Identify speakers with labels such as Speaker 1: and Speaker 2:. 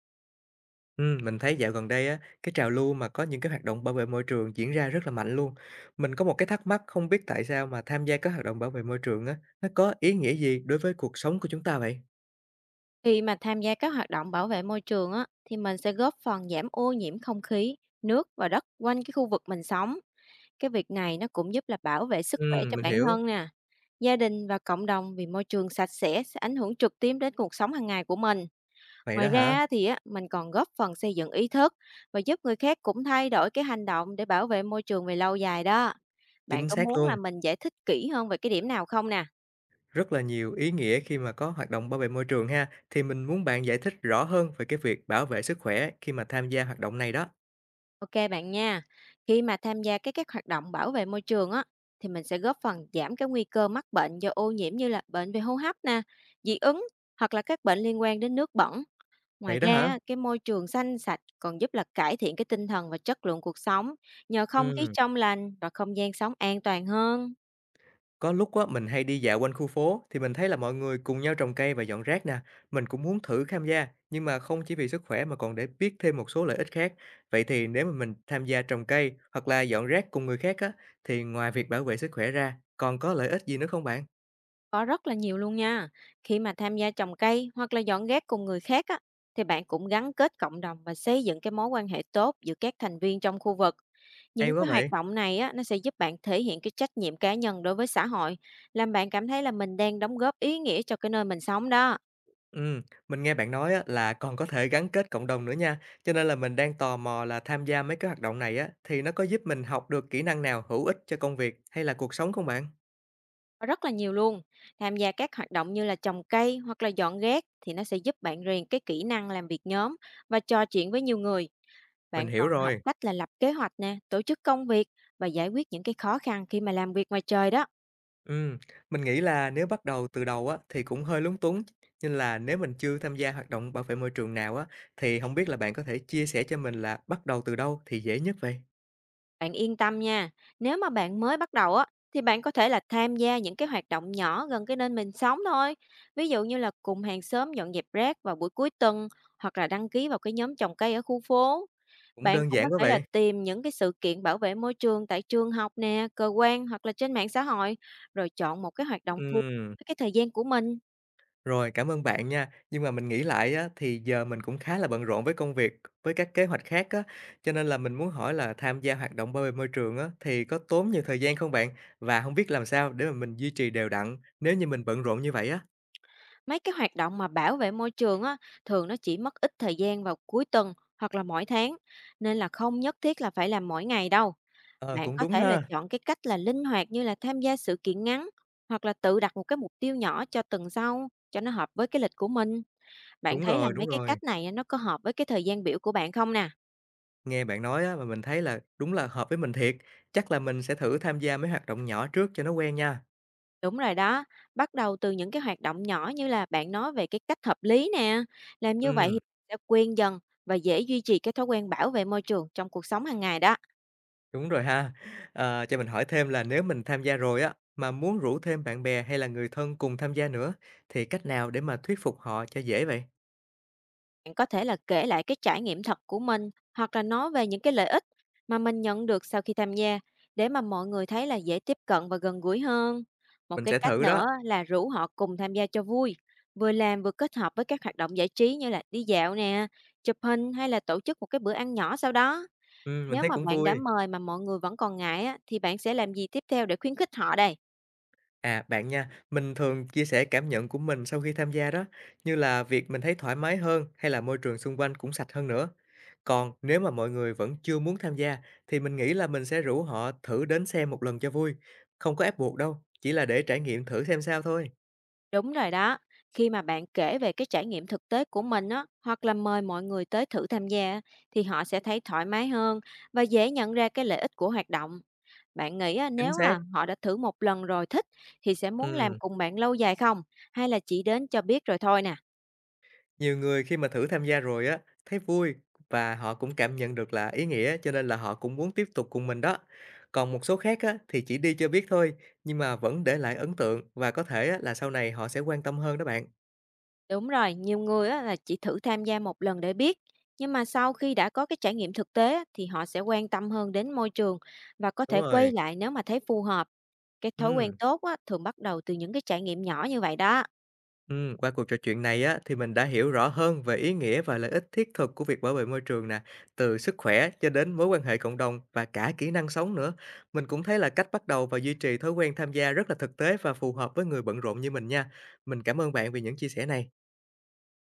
Speaker 1: Mình thấy dạo gần đây á, cái trào lưu mà có những cái hoạt động bảo vệ môi trường diễn ra rất là mạnh luôn. Mình có một cái thắc mắc không biết tại sao mà tham gia các hoạt động bảo vệ môi trường á, nó có ý nghĩa gì đối với cuộc sống của chúng ta vậy?
Speaker 2: Khi mà tham gia các hoạt động bảo vệ môi trường á, thì mình sẽ góp phần giảm ô nhiễm không khí, nước và đất quanh cái khu vực mình sống. Cái việc này nó cũng giúp là bảo vệ sức khỏe cho
Speaker 1: Mình
Speaker 2: bản
Speaker 1: hiểu.
Speaker 2: thân nè, gia đình và cộng đồng, vì môi trường sạch sẽ ảnh hưởng trực tiếp đến cuộc sống hàng ngày của mình.
Speaker 1: Vậy đó
Speaker 2: Ngoài
Speaker 1: hả?
Speaker 2: ra á thì á, mình còn góp phần xây dựng ý thức và giúp người khác cũng thay đổi cái hành động để bảo vệ môi trường về lâu dài đó. Bạn
Speaker 1: Chính
Speaker 2: có
Speaker 1: xác
Speaker 2: muốn là
Speaker 1: luôn.
Speaker 2: mình giải thích kỹ hơn về cái điểm nào không nè?
Speaker 1: Rất là nhiều ý nghĩa khi mà có hoạt động bảo vệ môi trường ha. Thì mình muốn bạn giải thích rõ hơn về cái việc bảo vệ sức khỏe khi mà tham gia hoạt động này đó.
Speaker 2: Ok bạn nha. Khi mà tham gia các hoạt động bảo vệ môi trường á, thì mình sẽ góp phần giảm cái nguy cơ mắc bệnh do ô nhiễm, như là bệnh về hô hấp nè, dị ứng, hoặc là các bệnh liên quan đến nước bẩn. Ngoài
Speaker 1: Vậy đó
Speaker 2: ra
Speaker 1: hả?
Speaker 2: á, cái môi trường xanh sạch còn giúp là cải thiện cái tinh thần và chất lượng cuộc sống, nhờ không khí
Speaker 1: Ừm.
Speaker 2: trong lành và không gian sống an toàn hơn.
Speaker 1: Có lúc á, mình hay đi dạo quanh khu phố thì mình thấy là mọi người cùng nhau trồng cây và dọn rác nè. Mình cũng muốn thử tham gia, nhưng mà không chỉ vì sức khỏe mà còn để biết thêm một số lợi ích khác. Vậy thì nếu mà mình tham gia trồng cây hoặc là dọn rác cùng người khác á, thì ngoài việc bảo vệ sức khỏe ra, còn có lợi ích gì nữa không bạn?
Speaker 2: Có rất là nhiều luôn nha. Khi mà tham gia trồng cây hoặc là dọn rác cùng người khác á, thì bạn cũng gắn kết cộng đồng và xây dựng cái mối quan hệ tốt giữa các thành viên trong khu vực.
Speaker 1: Hay
Speaker 2: Những
Speaker 1: quá
Speaker 2: cái hoạt
Speaker 1: vậy.
Speaker 2: động này á, nó sẽ giúp bạn thể hiện cái trách nhiệm cá nhân đối với xã hội, làm bạn cảm thấy là mình đang đóng góp ý nghĩa cho cái nơi mình sống đó.
Speaker 1: Ừ, mình nghe bạn nói á, là còn có thể gắn kết cộng đồng nữa nha. Cho nên là mình đang tò mò là tham gia mấy cái hoạt động này á, thì nó có giúp mình học được kỹ năng nào hữu ích cho công việc hay là cuộc sống không bạn?
Speaker 2: Có rất là nhiều luôn. Tham gia các hoạt động như là trồng cây hoặc là dọn rác thì nó sẽ giúp bạn rèn cái kỹ năng làm việc nhóm và trò chuyện với nhiều người.
Speaker 1: Mình
Speaker 2: Bạn
Speaker 1: hiểu
Speaker 2: còn học
Speaker 1: rồi.
Speaker 2: cách là lập kế hoạch nè, tổ chức công việc và giải quyết những cái khó khăn khi mà làm việc ngoài trời đó.
Speaker 1: Ừm, mình nghĩ là nếu bắt đầu từ đầu á thì cũng hơi lúng túng, nên là nếu mình chưa tham gia hoạt động bảo vệ môi trường nào á, thì không biết là bạn có thể chia sẻ cho mình là bắt đầu từ đâu thì dễ nhất vậy?
Speaker 2: Bạn yên tâm nha. Nếu mà bạn mới bắt đầu á, thì bạn có thể là tham gia những cái hoạt động nhỏ gần cái nơi mình sống thôi. Ví dụ như là cùng hàng xóm dọn dẹp rác vào buổi cuối tuần, hoặc là đăng ký vào cái nhóm trồng cây ở khu phố.
Speaker 1: Cũng
Speaker 2: Bạn
Speaker 1: đơn
Speaker 2: cũng
Speaker 1: giản
Speaker 2: có
Speaker 1: quá
Speaker 2: thể là
Speaker 1: vậy.
Speaker 2: tìm những cái sự kiện bảo vệ môi trường tại trường học nè, cơ quan, hoặc là trên mạng xã hội, rồi chọn một cái hoạt động phù hợp
Speaker 1: Ừm,
Speaker 2: với cái thời gian của mình.
Speaker 1: rồi, cảm ơn bạn nha. Nhưng mà mình nghĩ lại á, thì giờ mình cũng khá là bận rộn với công việc, với các kế hoạch khác á, cho nên là mình muốn hỏi là tham gia hoạt động bảo vệ môi trường á, thì có tốn nhiều thời gian không bạn? Và không biết làm sao để mà mình duy trì đều đặn nếu như mình bận rộn như vậy á?
Speaker 2: Mấy cái hoạt động mà bảo vệ môi trường á, thường nó chỉ mất ít thời gian vào cuối tuần hoặc là mỗi tháng, nên là không nhất thiết là phải làm mỗi ngày đâu.
Speaker 1: Ờ,
Speaker 2: Bạn
Speaker 1: cũng
Speaker 2: có
Speaker 1: đúng
Speaker 2: thể là
Speaker 1: ha.
Speaker 2: chọn cái cách là linh hoạt, như là tham gia sự kiện ngắn, hoặc là tự đặt một cái mục tiêu nhỏ cho tuần sau, cho nó hợp với cái lịch của mình. Bạn
Speaker 1: Đúng
Speaker 2: thấy là
Speaker 1: rồi, đúng
Speaker 2: mấy cái
Speaker 1: rồi.
Speaker 2: cách này á, nó có hợp với cái thời gian biểu của bạn không nè?
Speaker 1: Nghe bạn nói á, mà mình thấy là đúng là hợp với mình thiệt. Chắc là mình sẽ thử tham gia mấy hoạt động nhỏ trước cho nó quen nha.
Speaker 2: Đúng rồi đó, bắt đầu từ những cái hoạt động nhỏ như là bạn nói về cái cách hợp lý nè. Làm như vậy thì
Speaker 1: Ừm,
Speaker 2: sẽ quen dần và dễ duy trì cái thói quen bảo vệ môi trường trong cuộc sống hàng ngày đó.
Speaker 1: đúng rồi ha. Ờ, cho mình hỏi thêm là nếu mình tham gia rồi á, mà muốn rủ thêm bạn bè hay là người thân cùng tham gia nữa, thì cách nào để mà thuyết phục họ cho dễ vậy?
Speaker 2: Bạn có thể là kể lại cái trải nghiệm thật của mình, hoặc là nói về những cái lợi ích mà mình nhận được sau khi tham gia, để mà mọi người thấy là dễ tiếp cận và gần gũi hơn. Một
Speaker 1: Mình
Speaker 2: cái
Speaker 1: sẽ
Speaker 2: cách
Speaker 1: thử đó.
Speaker 2: nữa là rủ họ cùng tham gia cho vui, vừa làm vừa kết hợp với các hoạt động giải trí, như là đi dạo nè, chụp hình, hay là tổ chức một cái bữa ăn nhỏ sau đó.
Speaker 1: Mình
Speaker 2: Nếu
Speaker 1: thấy
Speaker 2: mà
Speaker 1: cũng
Speaker 2: bạn đã
Speaker 1: vui.
Speaker 2: mời mà mọi người vẫn còn ngại á, thì bạn sẽ làm gì tiếp theo để khuyến khích họ đây?
Speaker 1: À, bạn nha, mình thường chia sẻ cảm nhận của mình sau khi tham gia đó, như là việc mình thấy thoải mái hơn hay là môi trường xung quanh cũng sạch hơn nữa. Còn nếu mà mọi người vẫn chưa muốn tham gia thì mình nghĩ là mình sẽ rủ họ thử đến xem một lần cho vui, không có ép buộc đâu, chỉ là để trải nghiệm thử xem sao thôi.
Speaker 2: Đúng rồi đó, khi mà bạn kể về cái trải nghiệm thực tế của mình á, hoặc là mời mọi người tới thử tham gia á, thì họ sẽ thấy thoải mái hơn và dễ nhận ra cái lợi ích của hoạt động. Bạn nghĩ á,
Speaker 1: Chính
Speaker 2: nếu
Speaker 1: xác.
Speaker 2: là họ đã thử một lần rồi thích, thì sẽ muốn làm
Speaker 1: Ừm.
Speaker 2: cùng bạn lâu dài không? Hay là chỉ đến cho biết rồi thôi nè?
Speaker 1: Nhiều người khi mà thử tham gia rồi á, thấy vui và họ cũng cảm nhận được là ý nghĩa cho nên là họ cũng muốn tiếp tục cùng mình đó. Còn một số khác á, thì chỉ đi cho biết thôi, nhưng mà vẫn để lại ấn tượng và có thể á, là sau này họ sẽ quan tâm hơn đó bạn.
Speaker 2: Đúng rồi, nhiều người á, là chỉ thử tham gia một lần để biết, nhưng mà sau khi đã có cái trải nghiệm thực tế á, thì họ sẽ quan tâm hơn đến môi trường và có
Speaker 1: Đúng
Speaker 2: thể
Speaker 1: rồi.
Speaker 2: quay lại nếu mà thấy phù hợp. Cái thói
Speaker 1: Ừ.
Speaker 2: quen tốt á, thường bắt đầu từ những cái trải nghiệm nhỏ như vậy đó.
Speaker 1: Qua cuộc trò chuyện này á, thì mình đã hiểu rõ hơn về ý nghĩa và lợi ích thiết thực của việc bảo vệ môi trường nè, từ sức khỏe cho đến mối quan hệ cộng đồng và cả kỹ năng sống nữa. Mình cũng thấy là cách bắt đầu và duy trì thói quen tham gia rất là thực tế và phù hợp với người bận rộn như mình nha. Mình cảm ơn bạn vì những chia sẻ này.